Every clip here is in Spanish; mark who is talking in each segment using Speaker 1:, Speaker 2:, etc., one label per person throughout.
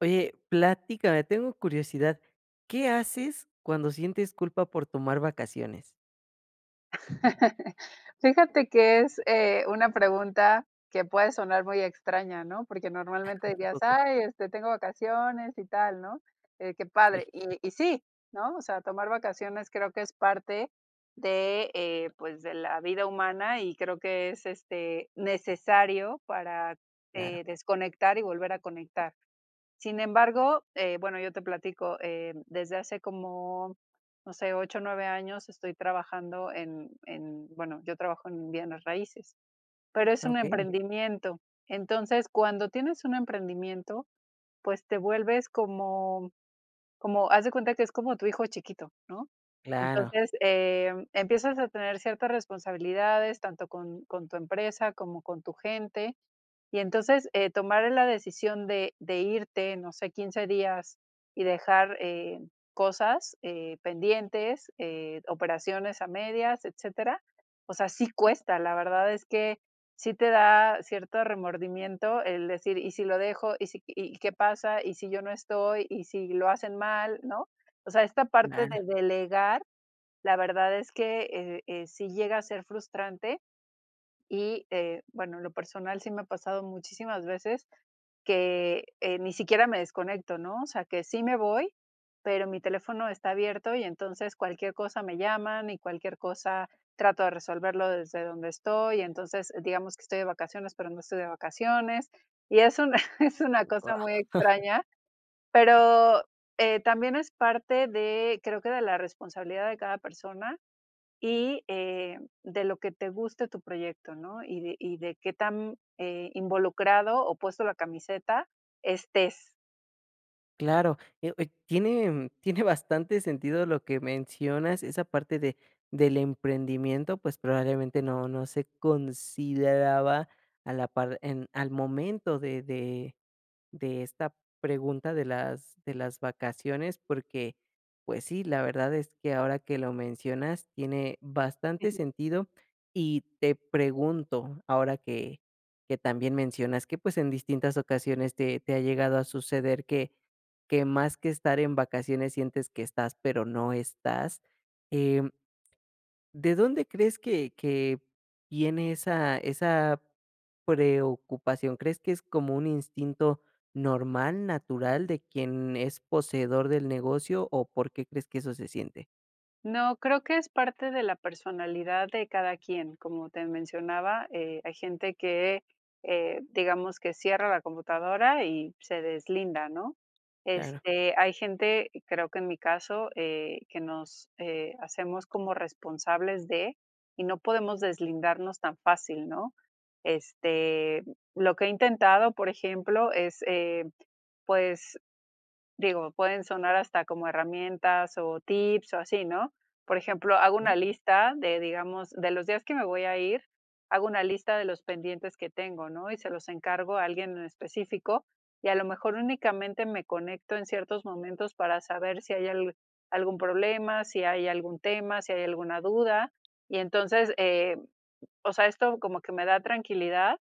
Speaker 1: Oye, platícame, tengo curiosidad, ¿qué haces cuando sientes culpa por tomar vacaciones?
Speaker 2: Fíjate que es una pregunta que puede sonar muy extraña, ¿no? Porque normalmente
Speaker 1: Un
Speaker 2: dirías:
Speaker 1: poco.
Speaker 2: "Ay, tengo vacaciones y tal", ¿no? Qué
Speaker 1: Sí.
Speaker 2: padre. Y sí, ¿no? O sea, tomar vacaciones creo que es parte de, pues, de la vida humana y creo que es, necesario para,
Speaker 1: Claro.
Speaker 2: desconectar y volver a conectar. Sin embargo, bueno, yo te platico, desde hace como, no sé, 8 o 9 años estoy trabajando en, bueno, yo trabajo en bienes raíces, pero es un, okey,
Speaker 1: Okey.
Speaker 2: emprendimiento. Entonces, cuando tienes un emprendimiento, pues te vuelves como haz de cuenta que es como tu hijo chiquito, ¿no?
Speaker 1: Claro.
Speaker 2: Entonces, empiezas a tener ciertas responsabilidades, tanto con tu empresa como con tu gente. Y entonces, tomar la decisión de irte, no sé, 15 días y dejar, cosas, pendientes, operaciones a medias, etcétera, o sea, sí cuesta. La verdad es que sí te da cierto remordimiento el decir: "¿Y si lo dejo? ¿Y si y qué pasa? ¿Y si yo no estoy? ¿Y si lo hacen mal?", ¿no? O sea, esta parte
Speaker 1: Claro.
Speaker 2: de delegar, la verdad es que, sí llega a ser frustrante, y, bueno, en lo personal sí me ha pasado muchísimas veces que, ni siquiera me desconecto, ¿no? O sea, que sí me voy, pero mi teléfono está abierto y entonces cualquier cosa me llaman y cualquier cosa trato de resolverlo desde donde estoy. Entonces, digamos que estoy de vacaciones, pero no estoy de vacaciones. Y es una es una cosa muy extraña, pero, también es parte de, creo que de la responsabilidad de cada persona y de lo que te guste tu proyecto, ¿no? Y de qué tan involucrado o puesto la camiseta estés.
Speaker 1: Claro, oye, tiene bastante sentido lo que mencionas, esa parte de del emprendimiento, pues, probablemente no se consideraba a la par en al momento de esta pregunta de las vacaciones, porque, pues sí, la verdad es que ahora que lo mencionas tiene bastante sentido. Y te pregunto, ahora que también mencionas que, pues, en distintas ocasiones te ha llegado a suceder que más que estar en vacaciones sientes que estás, pero no estás. Em, ¿De dónde crees que viene esa preocupación? ¿Crees que es como un instinto normal, natural de quien es poseedor del negocio, o por qué crees que eso se siente?
Speaker 2: No, creo que es parte de la personalidad de cada quien. Como te mencionaba, hay gente que, digamos que cierra la computadora y se deslinda, ¿no?
Speaker 1: Claro.
Speaker 2: Hay gente, creo que en mi caso, que nos hacemos como responsables de y no podemos deslindarnos tan fácil, ¿no? Este, lo que he intentado, por ejemplo, es, pues, digo, pueden sonar hasta como herramientas o tips o así, ¿no? Por ejemplo, hago
Speaker 1: ¿Eh?
Speaker 2: una lista de, digamos, de los días que me voy a ir, hago una lista de los pendientes que tengo, ¿no? Y se los encargo a alguien en específico y a lo mejor únicamente me conecto en ciertos momentos para saber si hay algún problema, si hay algún tema, si hay alguna duda. Y entonces, o sea, esto como que me da tranquilidad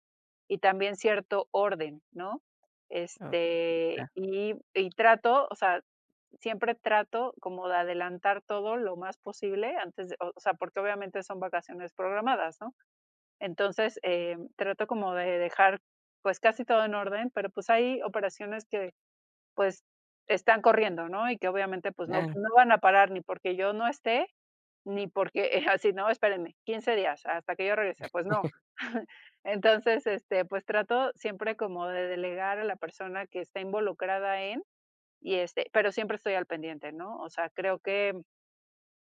Speaker 2: y también cierto orden, ¿no?
Speaker 1: Ah, sí. Ah.
Speaker 2: Y trato, o sea, siempre trato como de adelantar todo lo más posible antes de o sea, porque obviamente son vacaciones programadas, ¿no? Entonces, trato como de dejar, pues, casi todo en orden, pero, pues, hay operaciones que, pues, están corriendo, ¿no? Y que obviamente, pues, no
Speaker 1: Claro,
Speaker 2: no van a parar ni porque yo no esté, ni porque, así, no, espérenme, 15 días hasta que yo regrese, pues no. Entonces, pues trato siempre como de delegar a la persona que está involucrada en y, pero siempre estoy al pendiente, ¿no? O sea, creo que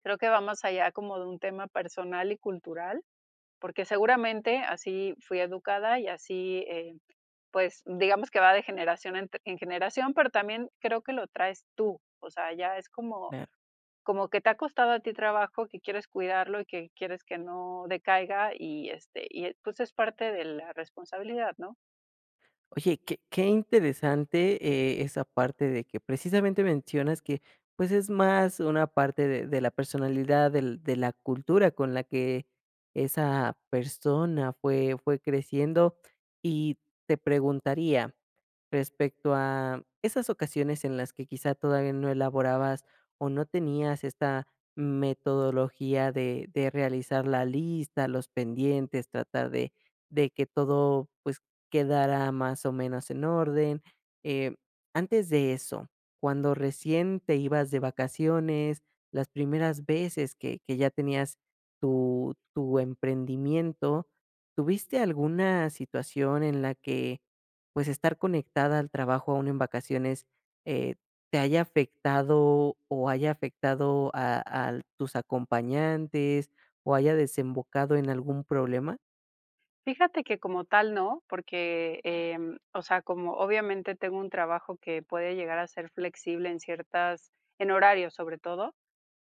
Speaker 2: creo que va más allá como de un tema personal y cultural, porque seguramente así fui educada y así, pues, digamos que va de generación en generación, pero también creo que lo traes tú, o sea, ya es como
Speaker 1: claro.
Speaker 2: como que te ha costado a ti trabajo, que quieres cuidarlo y que quieres que no decaiga y, pues, es parte de la responsabilidad, ¿no?
Speaker 1: Oye, qué interesante, esa parte de que precisamente mencionas que, pues, es más una parte de la personalidad, del de la cultura con la que esa persona fue creciendo. Y te preguntaría, respecto a esas ocasiones en las que quizá todavía no elaborabas o no tenías esta metodología de realizar la lista, los pendientes, tratar de que todo, pues, quedara más o menos en orden. Eh, Antes de eso, cuando recién te ibas de vacaciones, las primeras veces que ya tenías tu emprendimiento, ¿tuviste alguna situación en la que pues estar conectada al trabajo aún en vacaciones eh, te haya afectado o haya afectado a tus acompañantes o haya desembocado en algún problema?
Speaker 2: Fíjate que como tal no, porque, o sea, como obviamente tengo un trabajo que puede llegar a ser flexible en horarios, sobre todo,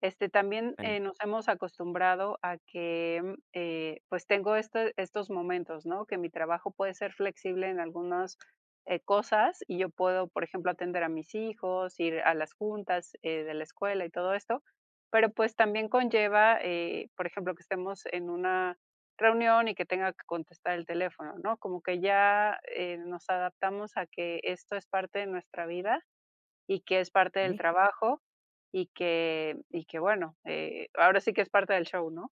Speaker 2: también, nos hemos acostumbrado a que, pues, tengo estos momentos, ¿no? Que mi trabajo puede ser flexible en algunas, cosas, y yo puedo, por ejemplo, atender a mis hijos, ir a las juntas, de la escuela y todo esto, pero, pues, también conlleva, por ejemplo, que estemos en una reunión y que tenga que contestar el teléfono, ¿no? Como que ya, nos adaptamos a que esto es parte de nuestra vida y que es parte del trabajo y que bueno, ahora sí que es parte del show, ¿no?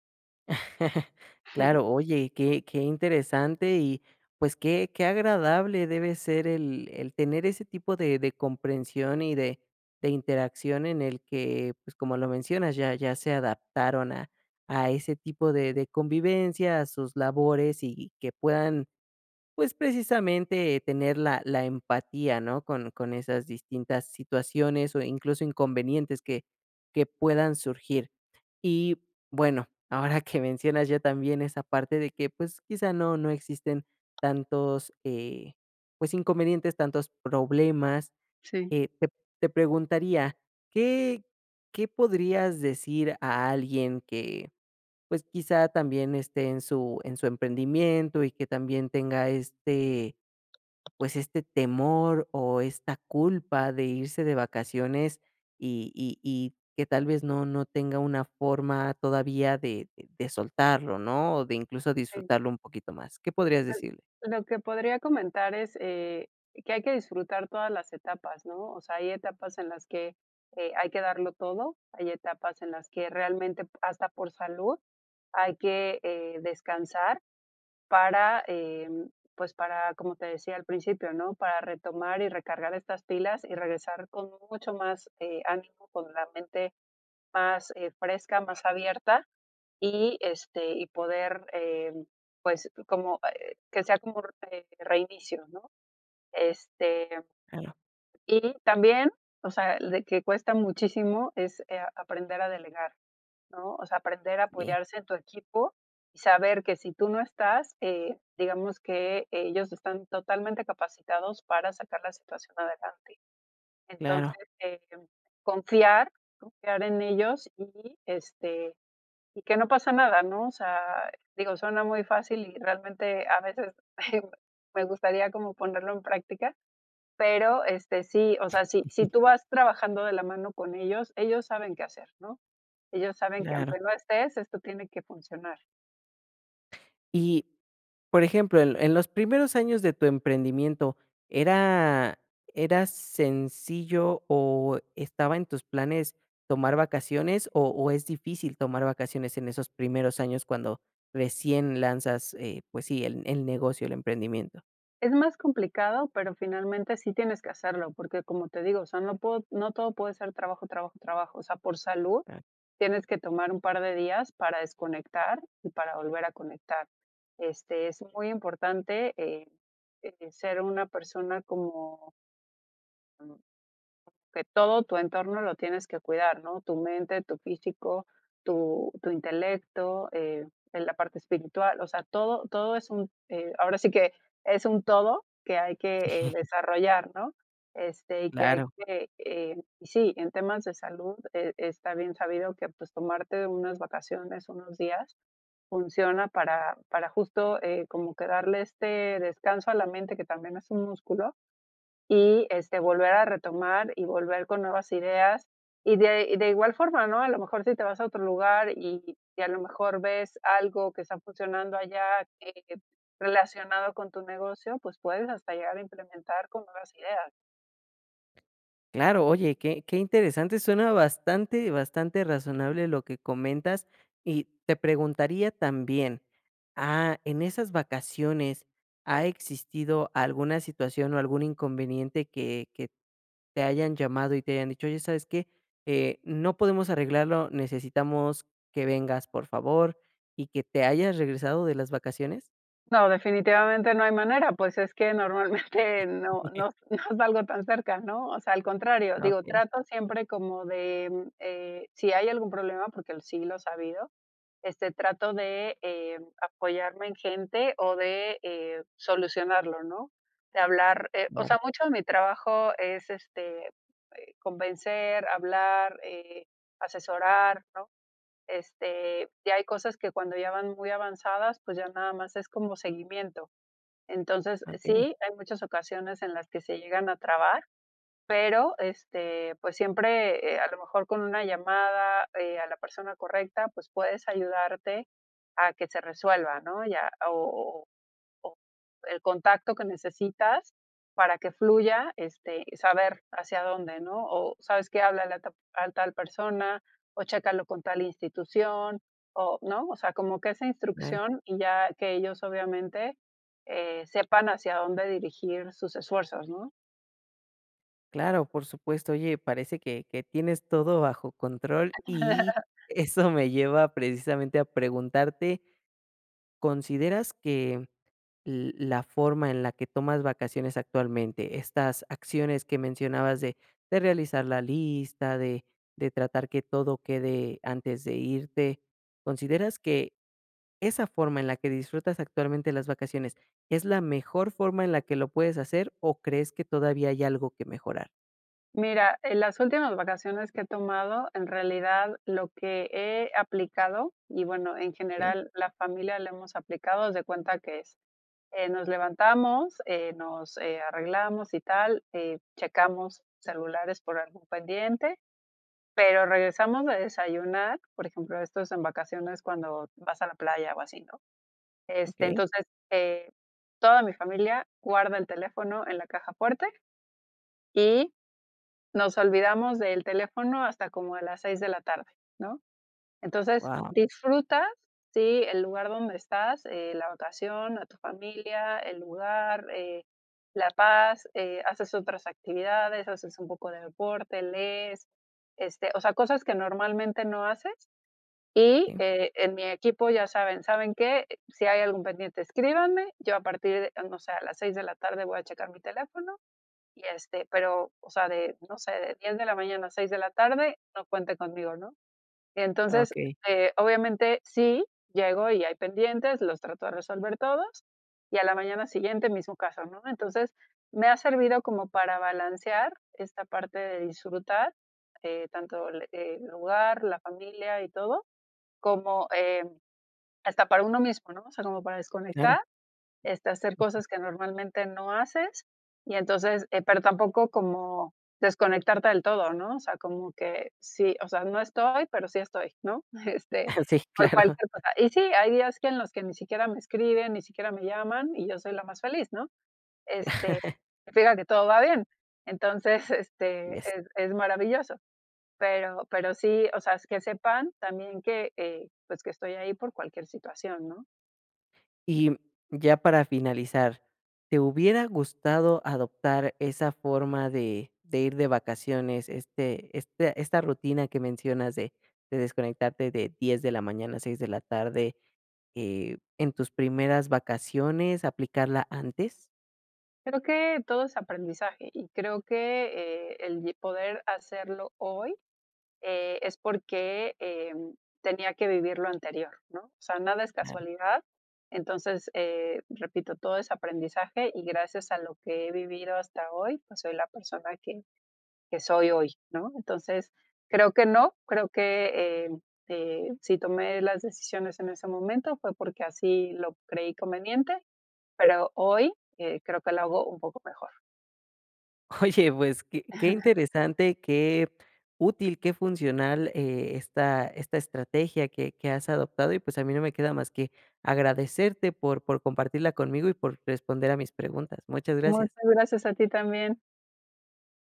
Speaker 1: Claro, oye, qué interesante y, pues, qué agradable debe ser el tener ese tipo de comprensión y de interacción en el que, pues, como lo mencionas, ya se adaptaron a ese tipo de convivencia, a sus labores y que puedan, pues, precisamente tener la empatía, ¿no? Con esas distintas situaciones o incluso inconvenientes que puedan surgir. Y bueno, ahora que mencionas ya también esa parte de que, pues, quizá no existen tantos, pues, inconvenientes, tantos problemas,
Speaker 2: Sí.
Speaker 1: eh, te te preguntaría, ¿qué qué podrías decir a alguien que, pues, quizá también esté en su emprendimiento y que también tenga pues, este temor o esta culpa de irse de vacaciones y que tal vez no tenga una forma todavía de soltarlo, ¿no? O de incluso
Speaker 2: Sí.
Speaker 1: disfrutarlo un poquito más. ¿Qué podrías decirle?
Speaker 2: Lo que podría comentar es, que hay que disfrutar todas las etapas, ¿no? O sea, hay etapas en las que, hay que darlo todo, hay etapas en las que realmente hasta por salud hay que, descansar para, pues, para, como te decía al principio, ¿no? Para retomar y recargar estas pilas y regresar con mucho más, ánimo, con la mente más, fresca, más abierta y, y poder, pues, como, que sea como un, reinicio, ¿no? Este
Speaker 1: Claro,
Speaker 2: y también, o sea, de que cuesta muchísimo es, aprender a delegar, ¿no? O sea, aprender a
Speaker 1: sí,
Speaker 2: apoyarse en tu equipo y saber que si tú no estás, digamos que ellos están totalmente capacitados para sacar la situación adelante.
Speaker 1: claro,
Speaker 2: Entonces, confiar, confiar en ellos y, y que no pasa nada, ¿no? O sea, digo, suena muy fácil y realmente a veces me gustaría como ponerlo en práctica, pero, sí, o sea, si tú vas trabajando de la mano con ellos, ellos saben qué hacer, ¿no? Ellos saben que
Speaker 1: claro.
Speaker 2: aunque no estés, esto tiene que funcionar.
Speaker 1: Y, por ejemplo, en los primeros años de tu emprendimiento, ¿era era sencillo o estaba en tus planes tomar vacaciones, o es difícil tomar vacaciones en esos primeros años cuando recién lanzas, pues sí, el negocio, el emprendimiento?
Speaker 2: Es más complicado, pero finalmente sí tienes que hacerlo, porque como te digo, o sea, no puedo no todo puede ser trabajo, trabajo, trabajo. O sea, por salud
Speaker 1: Ah,
Speaker 2: tienes que tomar un par de días para desconectar y para volver a conectar. Es muy importante, ser una persona como que todo tu entorno lo tienes que cuidar, ¿no? Tu mente, tu físico, tu intelecto, en la parte espiritual, o sea, todo, todo es un, ahora sí que es un todo que hay que desarrollar, ¿no? Y que hay
Speaker 1: claro.
Speaker 2: que, y sí, en temas de salud está bien sabido que pues tomarte unas vacaciones, unos días, funciona para justo como que darle este descanso a la mente, que también es un músculo, y, volver a retomar y volver con nuevas ideas. Y de igual forma, ¿no? A lo mejor si te vas a otro lugar y a lo mejor ves algo que está funcionando allá, eh, relacionado con tu negocio, pues puedes hasta llegar a implementar con nuevas ideas.
Speaker 1: Claro, oye, qué interesante, suena bastante, bastante razonable lo que comentas. Y te preguntaría también, ah, en esas vacaciones, ¿ha existido alguna situación o algún inconveniente que te hayan llamado y te hayan dicho: "Oye, ¿sabes qué? No podemos arreglarlo, necesitamos que vengas, por favor", y que te hayas regresado de las vacaciones?
Speaker 2: No, definitivamente no hay manera, pues es que normalmente no no no salgo tan cerca, ¿no? O sea, al contrario, digo,
Speaker 1: Okey,
Speaker 2: trato siempre como de, si hay algún problema, porque sí lo he sabido, trato de, apoyarme en gente o de, solucionarlo, ¿no? De hablar, o
Speaker 1: claro,
Speaker 2: sea, mucho de mi trabajo es, convencer, hablar, asesorar, ¿no? Ya hay cosas que cuando ya van muy avanzadas, pues ya nada más es como seguimiento. Entonces,
Speaker 1: okey,
Speaker 2: sí, hay muchas ocasiones en las que se llegan a trabar, pero, pues siempre, a lo mejor con una llamada, a la persona correcta, pues puedes ayudarte a que se resuelva, ¿no? Ya, o el contacto que necesitas para que fluya, saber hacia dónde, ¿no? O sabes que habla a tal persona, o chécalo con tal institución, o, ¿no? O sea, como que esa
Speaker 1: claro.
Speaker 2: instrucción y ya que ellos obviamente sepan hacia dónde dirigir sus esfuerzos, ¿no?
Speaker 1: Claro, por supuesto. Oye, parece que tienes todo bajo control y eso me lleva precisamente a preguntarte, ¿consideras que la forma en la que tomas vacaciones actualmente, estas acciones que mencionabas de realizar la lista, de tratar que todo quede antes de irte, ¿consideras que esa forma en la que disfrutas actualmente las vacaciones es la mejor forma en la que lo puedes hacer o crees que todavía hay algo que mejorar?
Speaker 2: Mira, en las últimas vacaciones que he tomado, en realidad lo que he aplicado, y bueno, en general la familia le hemos aplicado, haz de cuenta que es. Nos levantamos, nos, arreglamos y tal, checamos celulares por algún pendiente, pero regresamos de desayunar, por ejemplo, esto es en vacaciones cuando vas a la playa o así, ¿no?
Speaker 1: Okey.
Speaker 2: Entonces, eh, toda mi familia guarda el teléfono en la caja fuerte y nos olvidamos del teléfono hasta como a las 6 de la tarde, ¿no? Entonces,
Speaker 1: Wow.
Speaker 2: disfrutas, sí, el lugar donde estás, la vacación, a tu familia, el lugar, la paz, haces otras actividades, haces un poco de deporte, lees, o sea, cosas que normalmente no haces. Y,
Speaker 1: Sí.
Speaker 2: en mi equipo ya saben, ¿saben qué? Si hay algún pendiente, escríbanme. Yo a partir de, no sé, a las 6 de la tarde voy a checar mi teléfono y, pero, o sea, de, no sé, de 10 de la mañana a 6 de la tarde, no cuente conmigo, ¿no? Entonces,
Speaker 1: Okey,
Speaker 2: obviamente, sí, llego y hay pendientes, los trato de resolver todos, y a la mañana siguiente mismo caso, ¿no? Entonces, me ha servido como para balancear esta parte de disfrutar, tanto el lugar, la familia y todo, como hasta para uno mismo, ¿no? O sea, como para
Speaker 1: claro.
Speaker 2: desconectar, hacer cosas que normalmente no haces y entonces, pero tampoco como desconectarte del todo, ¿no? O sea, como que sí, o sea, no estoy, pero sí estoy, ¿no? Este,
Speaker 1: Sí,
Speaker 2: por
Speaker 1: claro.
Speaker 2: cualquier cosa. Y sí, hay días que en los que ni siquiera me escriben, ni siquiera me llaman y yo soy la más feliz, ¿no? Este, significa que todo va bien. Entonces,
Speaker 1: Así.
Speaker 2: es maravilloso. Pero sí, o sea, es que sepan también que, pues que estoy ahí por cualquier situación, ¿no?
Speaker 1: Y ya para finalizar, ¿te hubiera gustado adoptar esa forma de ir de vacaciones, este esta rutina que mencionas de desconectarte de 10 de la mañana a 6 de la tarde, en tus primeras vacaciones, aplicarla antes?
Speaker 2: Creo que todo es aprendizaje y creo que el poder hacerlo hoy es porque tenía que vivir lo anterior, ¿no? O sea, nada es casualidad. Entonces, repito, todo es aprendizaje y gracias a lo que he vivido hasta hoy, pues soy la persona que, soy hoy, ¿no? Entonces, creo que no, creo que si tomé las decisiones en ese momento fue porque así lo creí conveniente, pero hoy creo que lo hago un poco mejor.
Speaker 1: Oye, pues qué interesante, qué útil, qué funcional, esta estrategia que has adoptado y, pues, a mí no me queda más que agradecerte por compartirla conmigo y por responder a mis preguntas. Muchas
Speaker 2: Muchas
Speaker 1: gracias.
Speaker 2: gracias a ti también.